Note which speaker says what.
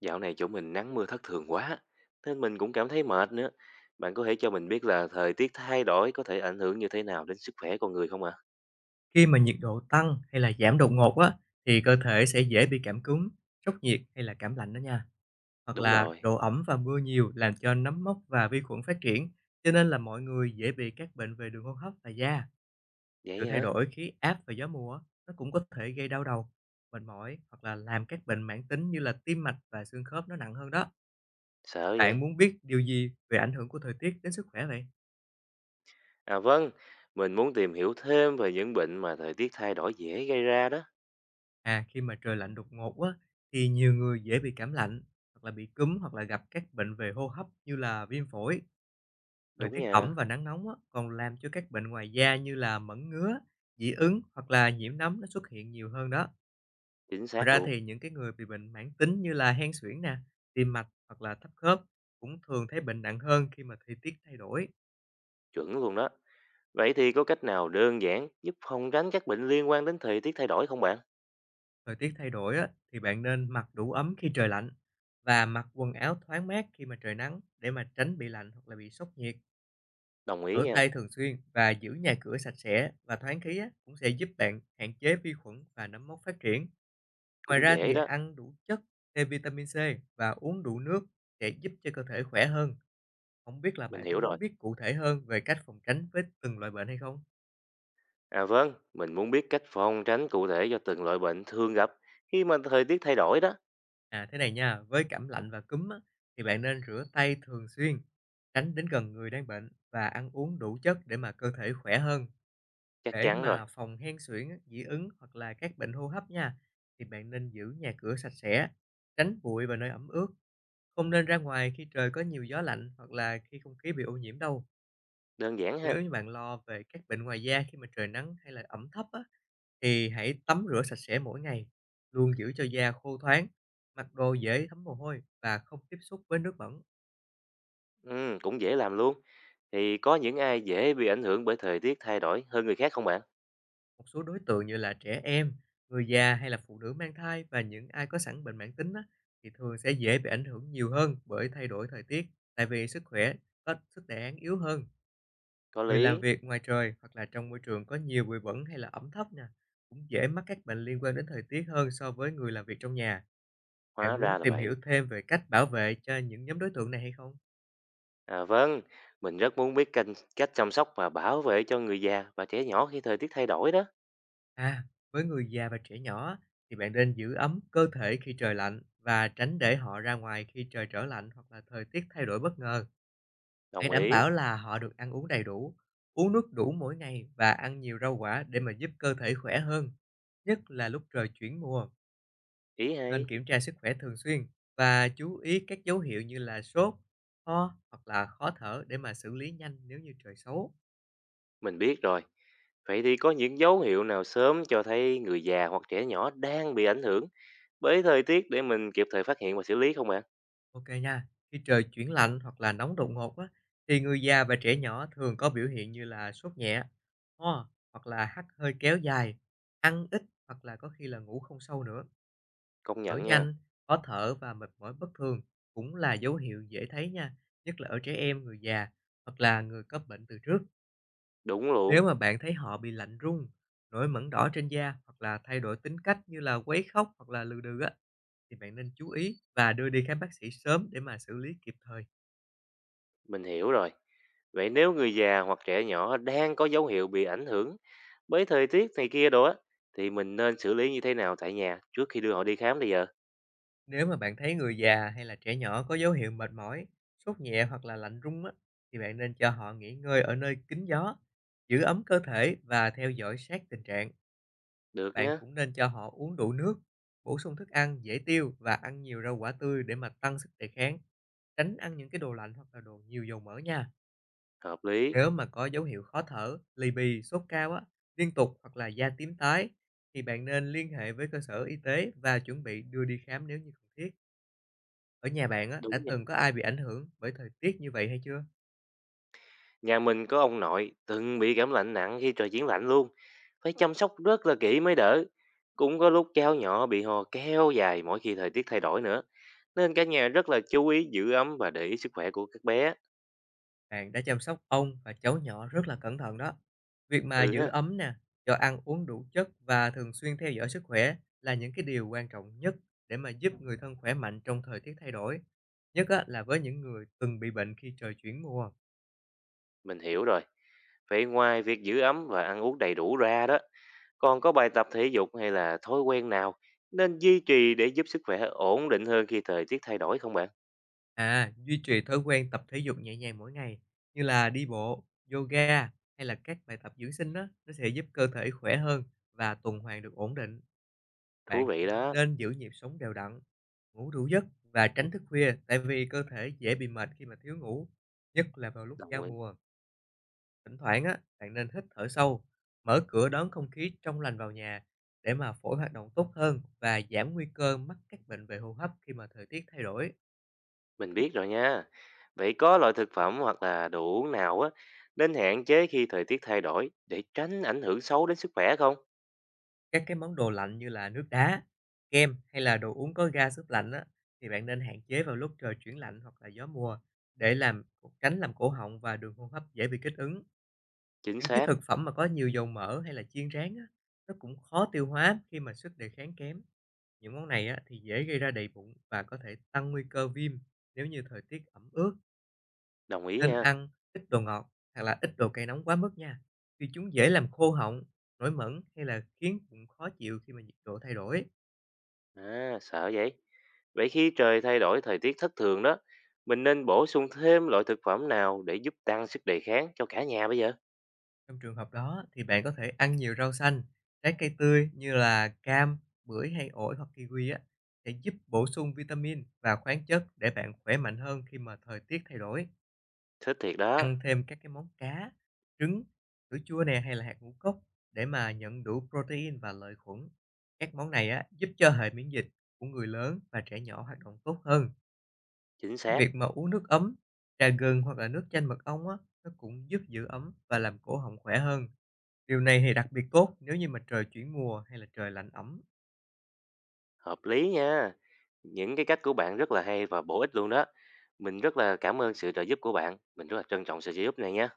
Speaker 1: Dạo này chỗ mình nắng mưa thất thường quá, nên mình cũng cảm thấy mệt nữa. Bạn có thể cho mình biết là thời tiết thay đổi có thể ảnh hưởng như thế nào đến sức khỏe con người không ạ?
Speaker 2: Khi mà nhiệt độ tăng hay là giảm đột ngột á, thì cơ thể sẽ dễ bị cảm cúm, sốc nhiệt hay là cảm lạnh đó nha. Hoặc
Speaker 1: Đúng
Speaker 2: là
Speaker 1: rồi,
Speaker 2: độ ẩm và mưa nhiều làm cho nấm mốc và vi khuẩn phát triển, cho nên là mọi người dễ bị các bệnh về đường hô hấp và da. Sự
Speaker 1: vậy
Speaker 2: thay
Speaker 1: hả?
Speaker 2: đổi khí áp và gió mùa á, nó cũng có thể gây đau đầu, mệt mỏi hoặc là làm các bệnh mãn tính như là tim mạch và xương khớp nó nặng hơn đó.
Speaker 1: Sợ vậy?
Speaker 2: Bạn muốn biết điều gì về ảnh hưởng của thời tiết đến sức khỏe vậy?
Speaker 1: À vâng, mình muốn tìm hiểu thêm về những bệnh mà thời tiết thay đổi dễ gây ra đó.
Speaker 2: À, khi mà trời lạnh đột ngột á, thì nhiều người dễ bị cảm lạnh, hoặc là bị cúm hoặc là gặp các bệnh về hô hấp như là viêm phổi. Thời
Speaker 1: Đúng
Speaker 2: tiết ẩm
Speaker 1: nha,
Speaker 2: và nắng nóng á, còn làm cho các bệnh ngoài da như là mẩn ngứa, dị ứng hoặc là nhiễm nấm nó xuất hiện nhiều hơn đó.
Speaker 1: chính
Speaker 2: Ngoài
Speaker 1: xác
Speaker 2: ra
Speaker 1: luôn,
Speaker 2: thì những cái người bị bệnh mãn tính như là hen suyễn nè, tim mạch hoặc là thấp khớp cũng thường thấy bệnh nặng hơn khi mà thời tiết thay đổi.
Speaker 1: chuẩn luôn đó. Vậy thì có cách nào đơn giản giúp phòng tránh các bệnh liên quan đến thời tiết thay đổi không bạn?
Speaker 2: Thời tiết thay đổi á, thì bạn nên mặc đủ ấm khi trời lạnh và mặc quần áo thoáng mát khi mà trời nắng để mà tránh bị lạnh hoặc là bị sốc nhiệt.
Speaker 1: Đồng ý
Speaker 2: Rửa
Speaker 1: nha,
Speaker 2: tay thường xuyên và giữ nhà cửa sạch sẽ và thoáng khí á, cũng sẽ giúp bạn hạn chế vi khuẩn và nấm mốc phát triển. Ngoài
Speaker 1: cũng
Speaker 2: ra
Speaker 1: dễ
Speaker 2: thì
Speaker 1: đó,
Speaker 2: ăn đủ chất, thêm vitamin C và uống đủ nước sẽ giúp cho cơ thể khỏe hơn. Không biết là
Speaker 1: mình
Speaker 2: bạn có
Speaker 1: hiểu
Speaker 2: muốn
Speaker 1: rồi.
Speaker 2: biết cụ thể hơn về cách phòng tránh với từng loại bệnh hay không?
Speaker 1: À vâng, mình muốn biết cách phòng tránh cụ thể cho từng loại bệnh thường gặp khi mà thời tiết thay đổi đó.
Speaker 2: À thế này nha, với cảm lạnh và cúm á, thì bạn nên rửa tay thường xuyên, tránh đến gần người đang bệnh và ăn uống đủ chất để mà cơ thể khỏe hơn.
Speaker 1: Chắc
Speaker 2: Để
Speaker 1: chắn rồi,
Speaker 2: mà phòng hen suyễn á, dị ứng hoặc là các bệnh hô hấp nha, thì bạn nên giữ nhà cửa sạch sẽ, tránh bụi và nơi ẩm ướt. Không nên ra ngoài khi trời có nhiều gió lạnh hoặc là khi không khí bị ô nhiễm đâu.
Speaker 1: đơn giản ha.
Speaker 2: Nếu như bạn lo về các bệnh ngoài da khi mà trời nắng hay là ẩm thấp á, thì hãy tắm rửa sạch sẽ mỗi ngày, luôn giữ cho da khô thoáng, mặc đồ dễ thấm mồ hôi và không tiếp xúc với nước bẩn.
Speaker 1: Ừ, cũng dễ làm luôn. Thì có những ai dễ bị ảnh hưởng bởi thời tiết thay đổi hơn người khác không bạn?
Speaker 2: Một số đối tượng như là trẻ em, người già hay là phụ nữ mang thai và những ai có sẵn bệnh mãn tính á, thì thường sẽ dễ bị ảnh hưởng nhiều hơn bởi thay đổi thời tiết, tại vì sức khỏe có sức đề kháng yếu hơn.
Speaker 1: Có
Speaker 2: Người làm
Speaker 1: lý,
Speaker 2: việc ngoài trời hoặc là trong môi trường có nhiều bụi bẩn hay là ẩm thấp nè, cũng dễ mắc các bệnh liên quan đến thời tiết hơn so với người làm việc trong nhà. Bạn
Speaker 1: hóa ra
Speaker 2: muốn
Speaker 1: là
Speaker 2: tìm hiểu
Speaker 1: vậy.
Speaker 2: thêm về cách bảo vệ cho những nhóm đối tượng này hay không?
Speaker 1: À vâng, mình rất muốn biết cách chăm sóc và bảo vệ cho người già và trẻ nhỏ khi thời tiết thay đổi đó.
Speaker 2: À, với người già và trẻ nhỏ thì bạn nên giữ ấm cơ thể khi trời lạnh và tránh để họ ra ngoài khi trời trở lạnh hoặc là thời tiết thay đổi bất ngờ. Hãy
Speaker 1: Đồng
Speaker 2: đảm
Speaker 1: ý,
Speaker 2: bảo là họ được ăn uống đầy đủ, uống nước đủ mỗi ngày và ăn nhiều rau quả để mà giúp cơ thể khỏe hơn. Nhất là lúc trời chuyển mùa,
Speaker 1: ý
Speaker 2: nên
Speaker 1: hay.
Speaker 2: kiểm tra sức khỏe thường xuyên và chú ý các dấu hiệu như là sốt, ho hoặc là khó thở để mà xử lý nhanh nếu như trời xấu.
Speaker 1: Mình biết rồi. Vậy thì có những dấu hiệu nào sớm cho thấy người già hoặc trẻ nhỏ đang bị ảnh hưởng bởi thời tiết để mình kịp thời phát hiện và xử lý không bạn?
Speaker 2: Ok nha. Khi trời chuyển lạnh hoặc là nóng đột ngột á, thì người già và trẻ nhỏ thường có biểu hiện như là sốt nhẹ, ho hoặc là hắt hơi kéo dài, ăn ít hoặc là có khi là ngủ không sâu nữa,
Speaker 1: Công
Speaker 2: thở
Speaker 1: nhận nha.
Speaker 2: nhanh, khó thở và mệt mỏi bất thường cũng là dấu hiệu dễ thấy nha, nhất là ở trẻ em, người già hoặc là người có bệnh từ trước.
Speaker 1: Đúng
Speaker 2: Nếu
Speaker 1: luôn.
Speaker 2: mà bạn thấy họ bị lạnh run, nổi mẩn đỏ trên da hoặc là thay đổi tính cách như là quấy khóc hoặc là lừ đừ á, thì bạn nên chú ý và đưa đi khám bác sĩ sớm để mà xử lý kịp thời.
Speaker 1: Mình hiểu rồi. Vậy nếu người già hoặc trẻ nhỏ đang có dấu hiệu bị ảnh hưởng bởi thời tiết này kia đó thì mình nên xử lý như thế nào tại nhà trước khi đưa họ đi khám bây giờ?
Speaker 2: Nếu mà bạn thấy người già hay là trẻ nhỏ có dấu hiệu mệt mỏi, sốt nhẹ hoặc là lạnh run á, thì bạn nên cho họ nghỉ ngơi ở nơi kín gió, giữ ấm cơ thể và theo dõi sát tình trạng.
Speaker 1: Được
Speaker 2: Bạn
Speaker 1: nhé.
Speaker 2: cũng nên cho họ uống đủ nước, bổ sung thức ăn dễ tiêu và ăn nhiều rau quả tươi để mà tăng sức đề kháng. Tránh ăn những cái đồ lạnh hoặc là đồ nhiều dầu mỡ nha.
Speaker 1: Hợp lý.
Speaker 2: Nếu mà có dấu hiệu khó thở, lì bì, sốt cao á, liên tục hoặc là da tím tái thì bạn nên liên hệ với cơ sở y tế và chuẩn bị đưa đi khám nếu như cần thiết. Ở nhà bạn á, đã
Speaker 1: Đúng nha.
Speaker 2: từng có ai bị ảnh hưởng bởi thời tiết như vậy hay chưa?
Speaker 1: Nhà mình có ông nội từng bị cảm lạnh nặng khi trời chuyển lạnh luôn. Phải chăm sóc rất là kỹ mới đỡ. Cũng có lúc cháu nhỏ bị ho kéo dài mỗi khi thời tiết thay đổi nữa. Nên cả nhà rất là chú ý giữ ấm và để ý sức khỏe của các bé.
Speaker 2: Bạn đã chăm sóc ông và cháu nhỏ rất là cẩn thận đó. Việc mà
Speaker 1: Ừ
Speaker 2: giữ
Speaker 1: ha,
Speaker 2: ấm nè, cho ăn uống đủ chất và thường xuyên theo dõi sức khỏe là những cái điều quan trọng nhất để mà giúp người thân khỏe mạnh trong thời tiết thay đổi. Nhất á, là với những người từng bị bệnh khi trời chuyển mùa.
Speaker 1: mình hiểu rồi. Vậy ngoài việc giữ ấm và ăn uống đầy đủ ra đó, còn có bài tập thể dục hay là thói quen nào nên duy trì để giúp sức khỏe ổn định hơn khi thời tiết thay đổi không bạn?
Speaker 2: À, duy trì thói quen tập thể dục nhẹ nhàng mỗi ngày như là đi bộ, yoga hay là các bài tập dưỡng sinh á, nó sẽ giúp cơ thể khỏe hơn và tuần hoàn được ổn định.
Speaker 1: Thú
Speaker 2: Bạn
Speaker 1: vị
Speaker 2: cũng
Speaker 1: đó.
Speaker 2: nên giữ nhịp sống đều đặn, ngủ đủ giấc và tránh thức khuya tại vì cơ thể dễ bị mệt khi mà thiếu ngủ, nhất là vào lúc
Speaker 1: Đồng
Speaker 2: giao
Speaker 1: ý.
Speaker 2: mùa. Thỉnh thoảng á, bạn nên hít thở sâu, mở cửa đón không khí trong lành vào nhà để mà phổi hoạt động tốt hơn và giảm nguy cơ mắc các bệnh về hô hấp khi mà thời tiết thay đổi.
Speaker 1: Mình biết rồi nha. Vậy có loại thực phẩm hoặc là đồ uống nào á nên hạn chế khi thời tiết thay đổi để tránh ảnh hưởng xấu đến sức khỏe không?
Speaker 2: Các cái món đồ lạnh như là nước đá, kem hay là đồ uống có ga súp lạnh á, thì bạn nên hạn chế vào lúc trời chuyển lạnh hoặc là gió mùa để tránh làm cổ họng và đường hô hấp dễ bị kích ứng.
Speaker 1: Chính
Speaker 2: Những cái
Speaker 1: xác,
Speaker 2: thực phẩm mà có nhiều dầu mỡ hay là chiên rán á, nó cũng khó tiêu hóa khi mà sức đề kháng kém. Những món này á, thì dễ gây ra đầy bụng và có thể tăng nguy cơ viêm nếu như thời tiết ẩm ướt,
Speaker 1: đồng ý
Speaker 2: nên
Speaker 1: nha.
Speaker 2: ăn ít đồ ngọt hoặc là ít đồ cay nóng quá mức nha. Vì chúng dễ làm khô họng, nổi mẩn hay là khiến bụng khó chịu khi mà nhiệt độ thay đổi.
Speaker 1: À, sợ vậy. Vậy khi trời thay đổi thời tiết thất thường đó, mình nên bổ sung thêm loại thực phẩm nào để giúp tăng sức đề kháng cho cả nhà bây giờ?
Speaker 2: Trong trường hợp đó thì bạn có thể ăn nhiều rau xanh, trái cây tươi như là cam, bưởi hay ổi hoặc kiwi á, sẽ giúp bổ sung vitamin và khoáng chất để bạn khỏe mạnh hơn khi mà thời tiết thay đổi.
Speaker 1: Thích thiệt đó,
Speaker 2: Ăn thêm các cái món cá, trứng, sữa chua nè hay là hạt ngũ cốc để mà nhận đủ protein và lợi khuẩn. Các món này á, giúp cho hệ miễn dịch của người lớn và trẻ nhỏ hoạt động tốt hơn.
Speaker 1: chính
Speaker 2: Cái
Speaker 1: xác,
Speaker 2: Việc mà uống nước ấm, trà gừng hoặc là nước chanh mật ong á, nó cũng giúp giữ ấm và làm cổ họng khỏe hơn. Điều này thì đặc biệt tốt nếu như mà trời chuyển mùa hay là trời lạnh ẩm.
Speaker 1: hợp lý nha. Những cái cách của bạn rất là hay và bổ ích luôn đó. Mình rất là cảm ơn sự trợ giúp của bạn. Mình rất là trân trọng sự trợ giúp này nha.